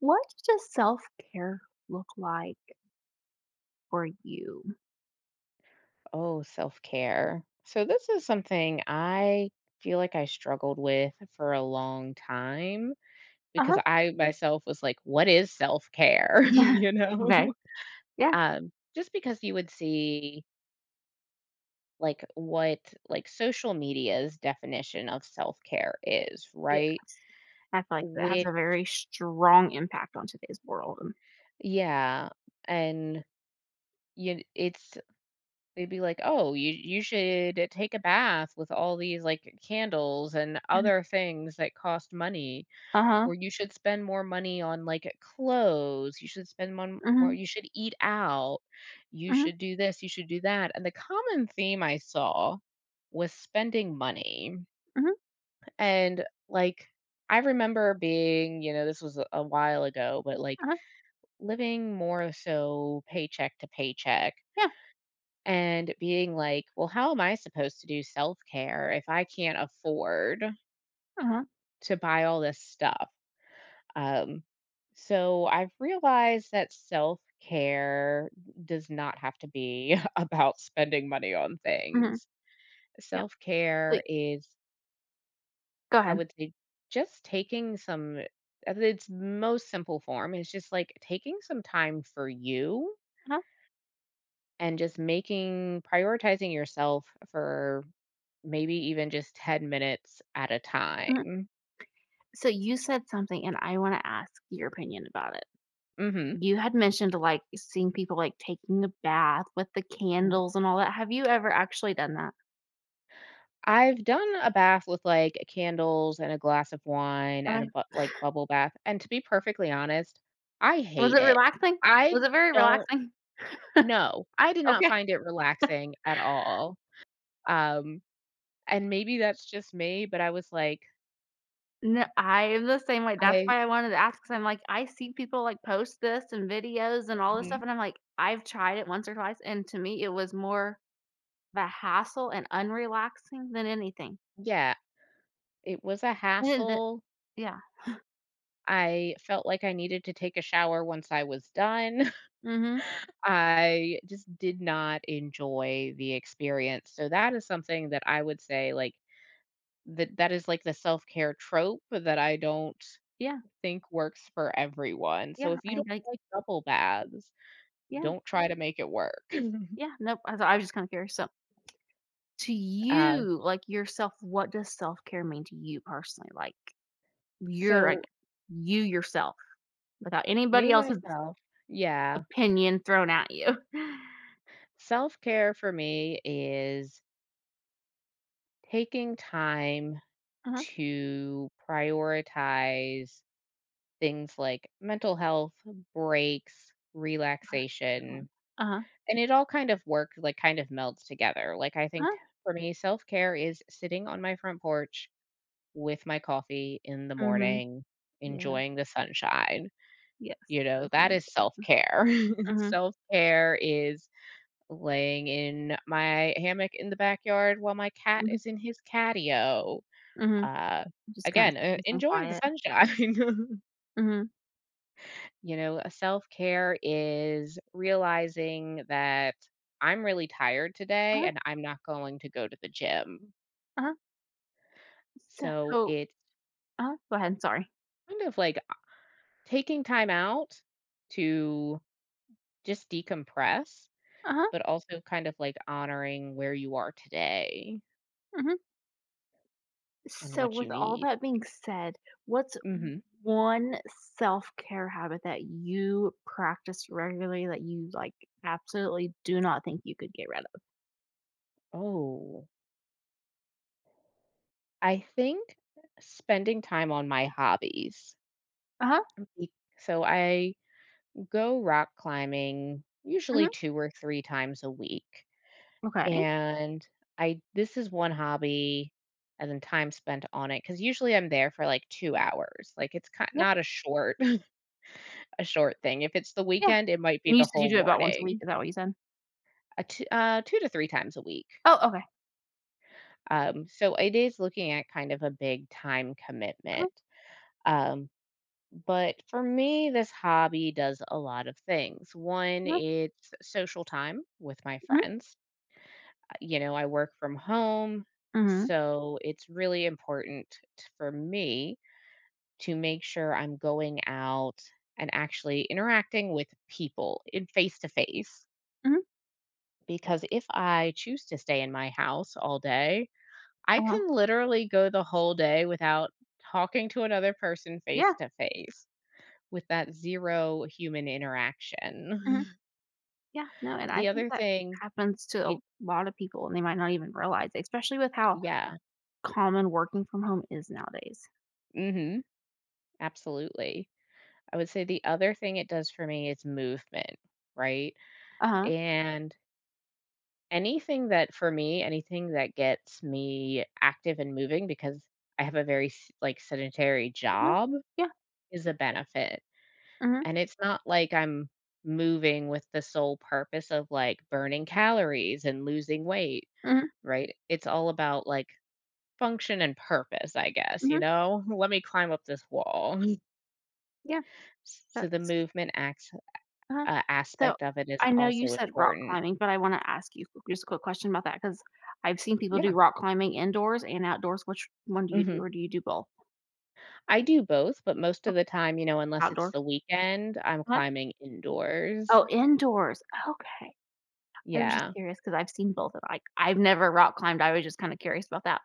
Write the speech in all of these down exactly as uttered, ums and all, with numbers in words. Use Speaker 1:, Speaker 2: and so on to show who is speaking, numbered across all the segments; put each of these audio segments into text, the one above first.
Speaker 1: What does self care look like for you?
Speaker 2: Oh, self care. So, this is something I feel like I struggled with for a long time
Speaker 1: Uh
Speaker 2: because
Speaker 1: huh.
Speaker 2: I myself was like, what is self care?
Speaker 1: Yeah.
Speaker 2: you
Speaker 1: Okay.
Speaker 2: know?
Speaker 1: Yeah.
Speaker 2: Um, just because you would see like what like social media's definition of self care is,
Speaker 1: Yes.
Speaker 2: right?
Speaker 1: I feel like that has
Speaker 2: With,
Speaker 1: a very strong impact on today's world. And
Speaker 2: yeah. And you, it's, they'd be like, oh, you, you should take a bath with all these like candles and other things that cost money,
Speaker 1: uh huh.
Speaker 2: or you should spend more money on like clothes. You should spend mon- more.
Speaker 1: Mhm.
Speaker 2: You should eat out, you
Speaker 1: Mhm.
Speaker 2: should do this, you should do that. And the common theme I saw was spending money.
Speaker 1: Mhm.
Speaker 2: And like, I remember being, you know this was a a while ago, but like
Speaker 1: Uh huh.
Speaker 2: living more so paycheck to paycheck
Speaker 1: Yeah.
Speaker 2: and being like, well, how am I supposed to do self-care if I can't afford
Speaker 1: Uh huh.
Speaker 2: to buy all this stuff? Um, so I've realized that self care does not have to be about spending money on
Speaker 1: Mhm.
Speaker 2: things.
Speaker 1: Yeah.
Speaker 2: Self
Speaker 1: So,
Speaker 2: care is,
Speaker 1: go
Speaker 2: I
Speaker 1: ahead.
Speaker 2: would say, just taking some, at its most simple form, is just like taking some time for you
Speaker 1: Uh-huh.
Speaker 2: and just making, prioritizing yourself for maybe even just ten minutes at a
Speaker 1: Mhm.
Speaker 2: time.
Speaker 1: So you said something, and I want to ask your opinion about it.
Speaker 2: Mm hmm.
Speaker 1: You had mentioned like seeing people like taking a bath with the candles and all that. Have you ever actually done that?
Speaker 2: I've done a bath with, like, candles and a glass of wine and
Speaker 1: Okay.
Speaker 2: a bu like, bubble bath, and to be perfectly honest, I
Speaker 1: Was
Speaker 2: hate
Speaker 1: it
Speaker 2: it.
Speaker 1: relaxing?
Speaker 2: I
Speaker 1: Was it very
Speaker 2: don't
Speaker 1: relaxing?
Speaker 2: know. I did not
Speaker 1: Okay.
Speaker 2: find it relaxing at all. Um, and maybe that's just me, but I was like,
Speaker 1: No, I am the same way. That's
Speaker 2: I
Speaker 1: why I wanted to ask because 'cause I'm like, I see people, like, post this and videos and all this stuff,
Speaker 2: Mhm.
Speaker 1: and I'm like, I've tried it once or twice, and to me, it was more of a hassle and unrelaxing than anything.
Speaker 2: Yeah, it was a
Speaker 1: And the
Speaker 2: hassle.
Speaker 1: yeah.
Speaker 2: I felt like I needed to take a shower once I was done.
Speaker 1: Mhm.
Speaker 2: I just did not enjoy the experience, so that is something that I would say, like, That that is like the self-care trope that I don't
Speaker 1: Yeah,
Speaker 2: think works for everyone.
Speaker 1: yeah.
Speaker 2: So if
Speaker 1: I
Speaker 2: you
Speaker 1: think,
Speaker 2: don't
Speaker 1: like
Speaker 2: like double baths,
Speaker 1: yeah,
Speaker 2: don't try to make it work.
Speaker 1: yeah. Nope. I thought I was just kinda curious. So, to
Speaker 2: Um,
Speaker 1: you, like, yourself, what does self-care mean to you personally? Like, you're like,
Speaker 2: so
Speaker 1: you yourself without anybody
Speaker 2: Me,
Speaker 1: else's
Speaker 2: myself, yeah.
Speaker 1: opinion thrown at you.
Speaker 2: Self-care for me is taking time to prioritize things like mental health, breaks,
Speaker 1: That's good.
Speaker 2: relaxation.
Speaker 1: Uh-huh,
Speaker 2: And it all kind of worked, like, kind of melds together. Like, I think
Speaker 1: huh?
Speaker 2: for me, self-care is sitting on my front porch with my coffee in the
Speaker 1: Mhm.
Speaker 2: morning,
Speaker 1: Yeah,
Speaker 2: enjoying the sunshine,
Speaker 1: yes,
Speaker 2: you know, that is self-care.
Speaker 1: mhm,
Speaker 2: Self-care is laying in my hammock in the backyard while my cat
Speaker 1: mhm,
Speaker 2: is in his catio.
Speaker 1: mhm.
Speaker 2: Uh,
Speaker 1: Just kinda
Speaker 2: Again, uh,
Speaker 1: seeking some peace and
Speaker 2: enjoying the
Speaker 1: quiet.
Speaker 2: sunshine.
Speaker 1: Mhm.
Speaker 2: You know, a self care is realizing that I'm really tired today
Speaker 1: Uh-huh,
Speaker 2: and I'm not going to go to the gym.
Speaker 1: uh-huh.
Speaker 2: So
Speaker 1: So
Speaker 2: it's
Speaker 1: uh go ahead, sorry.
Speaker 2: kind of like uh, taking time out to just decompress,
Speaker 1: Uh-huh,
Speaker 2: but also kind of like honoring where you are today
Speaker 1: mhm.
Speaker 2: and
Speaker 1: So
Speaker 2: what you
Speaker 1: with all
Speaker 2: need.
Speaker 1: that being said, what's
Speaker 2: hmm
Speaker 1: one self-care habit that you practice regularly that you, like, absolutely do not think you could get rid of?
Speaker 2: Oh, I think spending time on my hobbies.
Speaker 1: Uh-huh,
Speaker 2: Be- So I go rock climbing
Speaker 1: mhm,
Speaker 2: usually two or three times a week.
Speaker 1: okay.
Speaker 2: And I this is one hobby and then time spent on it. Because usually I'm there for, like, two hours, like, it's ki
Speaker 1: Yeah,
Speaker 2: not a short a short thing. If it's the
Speaker 1: yeah.
Speaker 2: weekend, it might be
Speaker 1: And you
Speaker 2: the
Speaker 1: said you
Speaker 2: whole
Speaker 1: do it about once a week,
Speaker 2: morning,
Speaker 1: is that what you said?
Speaker 2: uh, t uh, two to three times a week.
Speaker 1: Oh, okay.
Speaker 2: Um, so it is looking at kind of a big time
Speaker 1: Uh-huh,
Speaker 2: commitment, um, but for me, this hobby does a lot of things. One,
Speaker 1: uh-huh,
Speaker 2: it's social time with my
Speaker 1: mhm,
Speaker 2: friends. You know, I work from home,
Speaker 1: mhm.
Speaker 2: so it's really important t- for me to make sure I'm going out and actually interacting with people in face to face.
Speaker 1: Mhm.
Speaker 2: Because if I choose to stay in my house all day, I
Speaker 1: Uh-huh.
Speaker 2: can literally go the whole day without talking to another person
Speaker 1: Yeah,
Speaker 2: face to face with that zero human
Speaker 1: mhm,
Speaker 2: interaction.
Speaker 1: yeah, no, and I
Speaker 2: The
Speaker 1: think
Speaker 2: other
Speaker 1: that
Speaker 2: thing,
Speaker 1: happens to a
Speaker 2: it,
Speaker 1: lot of people, and they might not even realize it, especially with how
Speaker 2: yeah,
Speaker 1: common working from home is nowadays.
Speaker 2: hmm absolutely. I would say the other thing it does for me is movement, right?
Speaker 1: Uh-huh,
Speaker 2: And anything that for me, anything that gets me active and moving because I have a very s- like sedentary
Speaker 1: uh-huh,
Speaker 2: job
Speaker 1: yeah,
Speaker 2: is a benefit.
Speaker 1: mhm,
Speaker 2: And it's not like I'm moving with the sole purpose of like burning calories and losing weight,
Speaker 1: mhm,
Speaker 2: right? It's all about like function and purpose, I guess, you
Speaker 1: mhm,
Speaker 2: know? Let me climb up this wall.
Speaker 1: yeah,
Speaker 2: So the
Speaker 1: that's
Speaker 2: movement acts
Speaker 1: uh-huh.
Speaker 2: uh,
Speaker 1: So,
Speaker 2: aspect of it is
Speaker 1: I know you
Speaker 2: also
Speaker 1: said rock
Speaker 2: important.
Speaker 1: climbing, but I wanna ask you q just a quick question about that because 'cause I've seen people do
Speaker 2: Yeah,
Speaker 1: rock climbing indoors and outdoors. Which one do you do,
Speaker 2: mhm.
Speaker 1: or do you do both?
Speaker 2: I do both, but most
Speaker 1: Oh,
Speaker 2: of the time, you know, unless it's the
Speaker 1: outdoors.
Speaker 2: weekend, I'm
Speaker 1: Huh.
Speaker 2: climbing indoors.
Speaker 1: Oh, indoors. Okay. I was just
Speaker 2: Yeah.
Speaker 1: curious because 'cause I've seen both of like, I've never rock climbed, I was just kinda curious about that.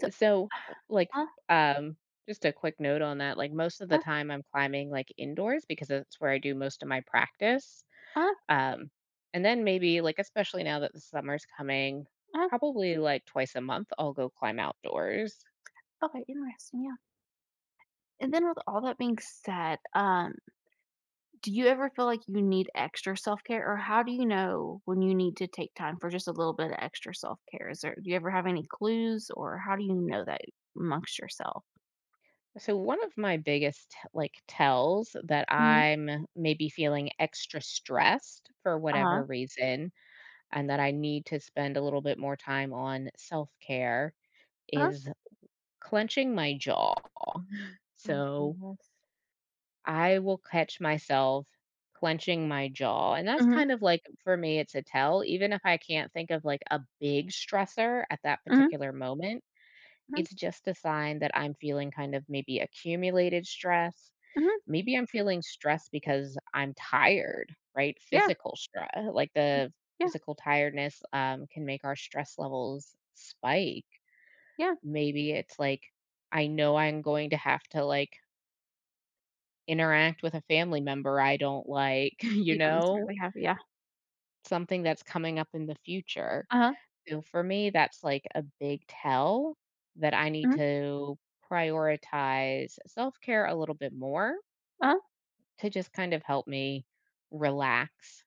Speaker 1: So
Speaker 2: So, like, um, just a quick note on that, like, most of the
Speaker 1: Uh,
Speaker 2: time I'm climbing, like, indoors because that's where I do most of my practice.
Speaker 1: uh, uh,
Speaker 2: Um, and then maybe, like, especially now that the summer's coming,
Speaker 1: uh,
Speaker 2: probably, like, twice a month, I'll go climb outdoors.
Speaker 1: okay, interesting, yeah. And then with all that being said, um, do you ever feel like you need extra self-care, or how do you know when you need to take time for just a little bit of extra self-care? Is there do you ever have any clues, or how do you know that amongst yourself?
Speaker 2: So one of my biggest like tells that
Speaker 1: Mhm.
Speaker 2: I'm maybe feeling extra stressed for
Speaker 1: Uh-huh,
Speaker 2: whatever reason and that I need to spend a little bit more time on self-care
Speaker 1: uh-huh.
Speaker 2: is clenching my jaw.
Speaker 1: Oh,
Speaker 2: So
Speaker 1: yes.
Speaker 2: I will catch myself clenching my jaw. And that's
Speaker 1: Mhm,
Speaker 2: kind of like for me it's a tell even if I can't think of like a big stressor at that
Speaker 1: mhm,
Speaker 2: particular moment.
Speaker 1: mhm,
Speaker 2: It's just a sign that I'm feeling kind of maybe accumulated stress.
Speaker 1: mhm,
Speaker 2: Maybe I'm feeling stressed because I'm tired, right?
Speaker 1: yeah,
Speaker 2: Physical stress, like the
Speaker 1: yeah,
Speaker 2: physical tiredness um, can make our stress levels spike.
Speaker 1: yeah.
Speaker 2: Maybe it's like, I know I'm going to have to like interact with a family member I don't like, you
Speaker 1: You don't
Speaker 2: know,
Speaker 1: necessarily have yeah,
Speaker 2: something that's coming up in the future.
Speaker 1: uh-huh.
Speaker 2: So for me, that's like a big tell that I need to prioritize self care a little bit more
Speaker 1: Uh,
Speaker 2: to just kind of help me relax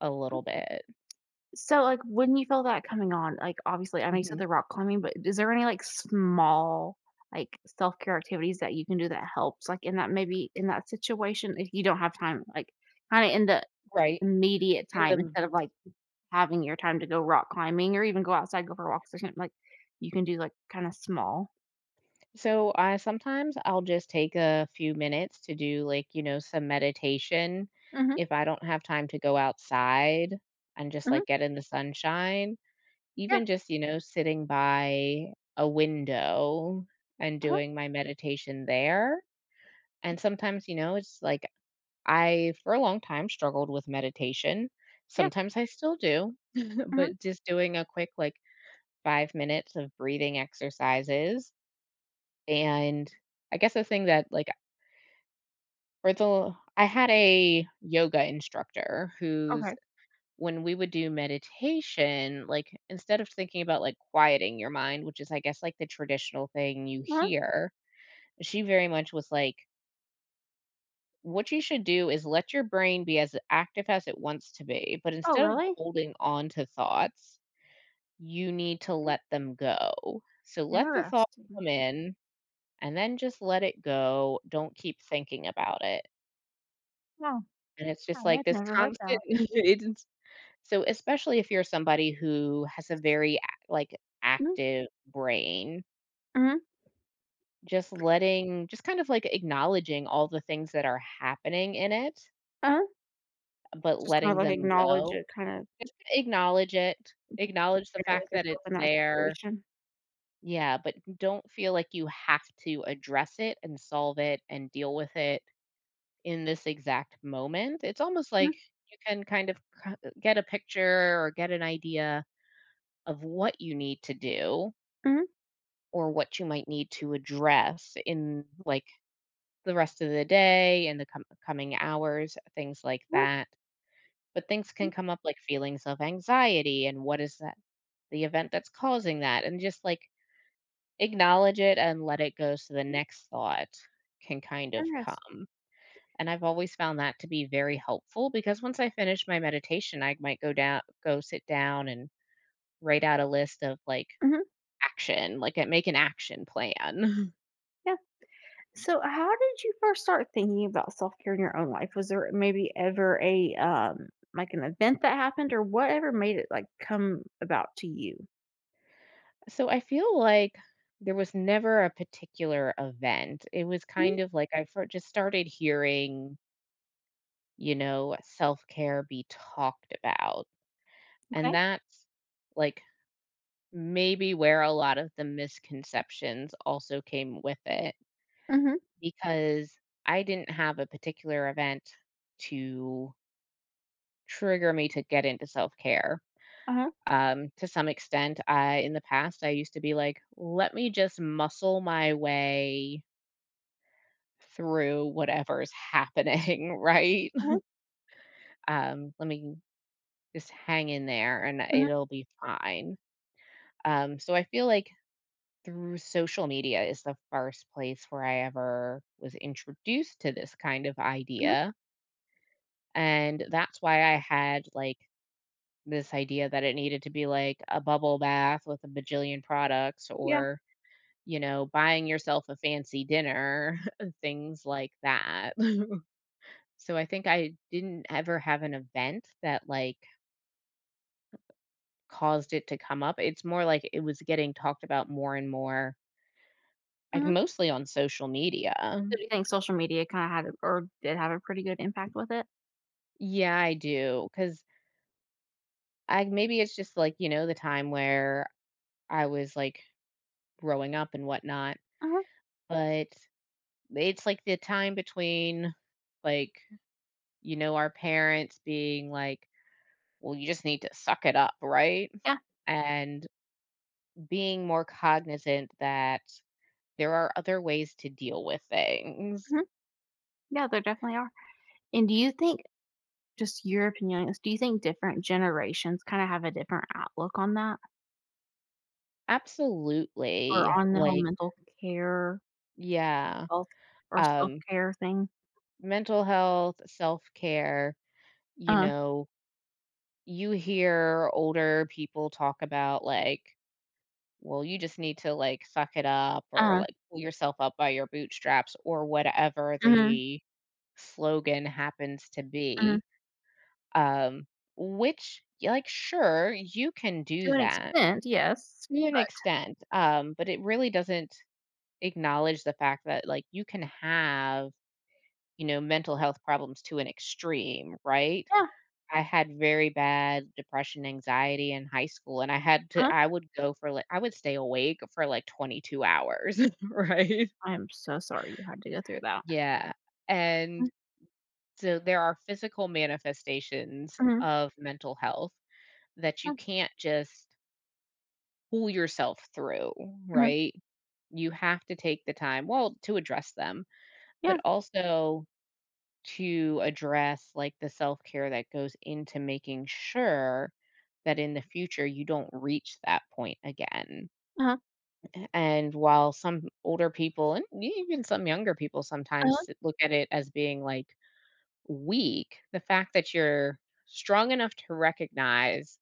Speaker 2: a
Speaker 1: uh,
Speaker 2: little bit.
Speaker 1: so, like, when you feel that coming on, like, obviously, I know you said
Speaker 2: Mhm.
Speaker 1: the rock climbing, but is there any, like, small, like, self-care activities that you can do that helps, like, in that maybe in that situation, if you don't have time, like, kinda in the
Speaker 2: Right.
Speaker 1: immediate
Speaker 2: In
Speaker 1: time
Speaker 2: the
Speaker 1: instead of, like, having your time to go rock climbing or even go outside, go for walks or something, like, you can do, like, kinda small.
Speaker 2: so I sometimes I'll just take a few minutes to do like, you know, some meditation
Speaker 1: Mhm,
Speaker 2: if I don't have time to go outside and just
Speaker 1: mhm,
Speaker 2: like get in the sunshine,
Speaker 1: yeah,
Speaker 2: even just, you know, sitting by a window and
Speaker 1: uh-huh,
Speaker 2: doing my meditation there. And sometimes, you know, it's like I for a long time struggled with meditation.
Speaker 1: yeah,
Speaker 2: Sometimes I still do,
Speaker 1: mhm,
Speaker 2: but just doing a quick like five minutes of breathing exercises, and I guess the thing that, like, for the I had a yoga instructor who's
Speaker 1: okay,
Speaker 2: when we would do meditation, like, instead of thinking about, like, quieting your mind, which is, I guess, like, the traditional thing you
Speaker 1: uh-huh.
Speaker 2: hear, she very much was like, "What you should do is let your brain be as active as it wants to be, but
Speaker 1: Oh,
Speaker 2: instead of
Speaker 1: really?
Speaker 2: holding on to thoughts, you need to let them go. So let the thoughts
Speaker 1: Interesting.
Speaker 2: come in and then just let it go, don't keep thinking about it.
Speaker 1: Wow,
Speaker 2: And it's just
Speaker 1: I
Speaker 2: like
Speaker 1: had
Speaker 2: this
Speaker 1: never heard
Speaker 2: constant"
Speaker 1: that.
Speaker 2: it's so especially if you're somebody who has a very ac like,
Speaker 1: Mhm,
Speaker 2: active brain,
Speaker 1: mhm,
Speaker 2: just letting just kind of, like, acknowledging all the things that are happening in it,
Speaker 1: uh-huh.
Speaker 2: but
Speaker 1: Just kind of,
Speaker 2: letting
Speaker 1: like,
Speaker 2: them
Speaker 1: acknowledge
Speaker 2: go.
Speaker 1: it, kind of
Speaker 2: Just acknowledge it, acknowledge the
Speaker 1: bear with
Speaker 2: fact that
Speaker 1: yourself
Speaker 2: it's
Speaker 1: in that
Speaker 2: there.
Speaker 1: situation.
Speaker 2: Yeah, but don't feel like you have to address it and solve it and deal with it in this exact moment. It's almost
Speaker 1: Mhm,
Speaker 2: like you can kind of c get a picture or get an idea of what you need to do
Speaker 1: mhm,
Speaker 2: or what you might need to address in, like, the rest of the day and the com coming hours, things like
Speaker 1: mhm,
Speaker 2: that. But things can come up like feelings of anxiety and what is that, the event that's causing that, and just, like, acknowledge it and let it go so the next thought can kind of come. And I've always found that to be very helpful because once I finish my meditation, I might go down, go sit down and write out a list of like
Speaker 1: mhm,
Speaker 2: action, like I make an action plan.
Speaker 1: yeah. So, how did you first start thinking about self-care in your own life? Was there maybe ever a, um, like, an event that happened or whatever made it, like, come about to you?
Speaker 2: So I feel like there was never a particular event. It was
Speaker 1: Mhm,
Speaker 2: kind of like I fir- just started hearing, you know, self care be talked about.
Speaker 1: okay.
Speaker 2: And that's like maybe where a lot of the misconceptions also came with it
Speaker 1: Mhm,
Speaker 2: because I didn't have a particular event to trigger me to get into self care.
Speaker 1: uh-huh,
Speaker 2: Um, to some extent, I in the past I used to be like, let me just muscle my way through whatever's happening, right?
Speaker 1: uh-huh,
Speaker 2: Um, let me just hang in there and
Speaker 1: mhm,
Speaker 2: it'll be fine. Um, so I feel like through social media is the first place where I ever was introduced to this kind of
Speaker 1: mhm,
Speaker 2: idea. And that's why I had, like, this idea that it needed to be, like, a bubble bath with a bajillion products,
Speaker 1: yeah,
Speaker 2: or, you know, buying yourself a fancy dinner, things like that. So I think I didn't ever have an event that, like, caused it to come up. It's more like it was getting talked about more and more, like,
Speaker 1: mhm.
Speaker 2: mostly on social media.
Speaker 1: So, do you think social media kinda had a- or did have a pretty good impact with it?
Speaker 2: Yeah, I do, cause I maybe it's just, like, you know, the time where I was, like, growing up and whatnot,
Speaker 1: Uh-huh,
Speaker 2: but it's like the time between, like, you know, our parents being like, "Well, you just need to suck it up," right?
Speaker 1: yeah,
Speaker 2: And being more cognizant that there are other ways to deal with things.
Speaker 1: mhm, yeah, there definitely are. And do you think just your opinion on this, do you think different generations kinda have a different outlook on that or
Speaker 2: Absolutely.
Speaker 1: on the whole
Speaker 2: Like,
Speaker 1: mental care,
Speaker 2: yeah,
Speaker 1: health, or
Speaker 2: um,
Speaker 1: self-care thing?
Speaker 2: mental health, self-care, you
Speaker 1: Uh-huh,
Speaker 2: know, you hear older people talk about, like, well, you just need to like suck it up or
Speaker 1: uh-huh,
Speaker 2: like pull yourself up by your bootstraps or whatever
Speaker 1: mhm,
Speaker 2: the slogan happens to
Speaker 1: mhm.
Speaker 2: be. Um, which, yeah, like, sure, you can
Speaker 1: To
Speaker 2: do
Speaker 1: an
Speaker 2: that
Speaker 1: extent, yes,
Speaker 2: to an
Speaker 1: but
Speaker 2: extent, um, but it really doesn't acknowledge the fact that like you can have, you know, mental health problems to an extreme, right?
Speaker 1: yeah,
Speaker 2: I had very bad depression, anxiety in high school, and I had to
Speaker 1: uh
Speaker 2: I would go for, like I would stay awake for, like, twenty-two hours, right?
Speaker 1: I am so sorry you had to go through that.
Speaker 2: Yeah,
Speaker 1: Mm,
Speaker 2: and so there are physical manifestations
Speaker 1: mhm,
Speaker 2: of mental health that you
Speaker 1: uh,
Speaker 2: can't just pull yourself through,
Speaker 1: mhm,
Speaker 2: right? You have to take the time well, to address them, but
Speaker 1: yeah,
Speaker 2: also to address like the self-care that goes into making sure that in the future you don't reach that point again.
Speaker 1: uh-huh,
Speaker 2: And while some older people and e, even some younger people
Speaker 1: uh-huh,
Speaker 2: sometimes s- look at it as being like weak, the fact that you're strong enough to recognize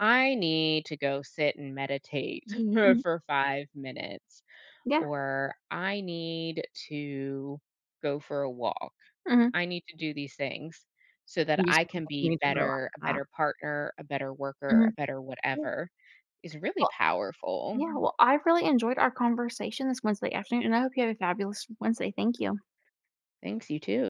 Speaker 2: I need to go sit and meditate
Speaker 1: mhm,
Speaker 2: for five minutes
Speaker 1: yeah,
Speaker 2: or I need to go for a walk,
Speaker 1: mhm.
Speaker 2: I need to do these things so that
Speaker 1: You just
Speaker 2: I
Speaker 1: kinda
Speaker 2: can
Speaker 1: have- You
Speaker 2: be
Speaker 1: need to
Speaker 2: better,
Speaker 1: realize
Speaker 2: a
Speaker 1: that.
Speaker 2: better partner, a better worker, a
Speaker 1: Mhm,
Speaker 2: better
Speaker 1: yeah,
Speaker 2: whatever, is really
Speaker 1: well
Speaker 2: powerful.
Speaker 1: yeah, well, I really enjoyed our conversation this Wednesday afternoon, and I hope you have a fabulous Wednesday. Thank you.
Speaker 2: Thanks, you too.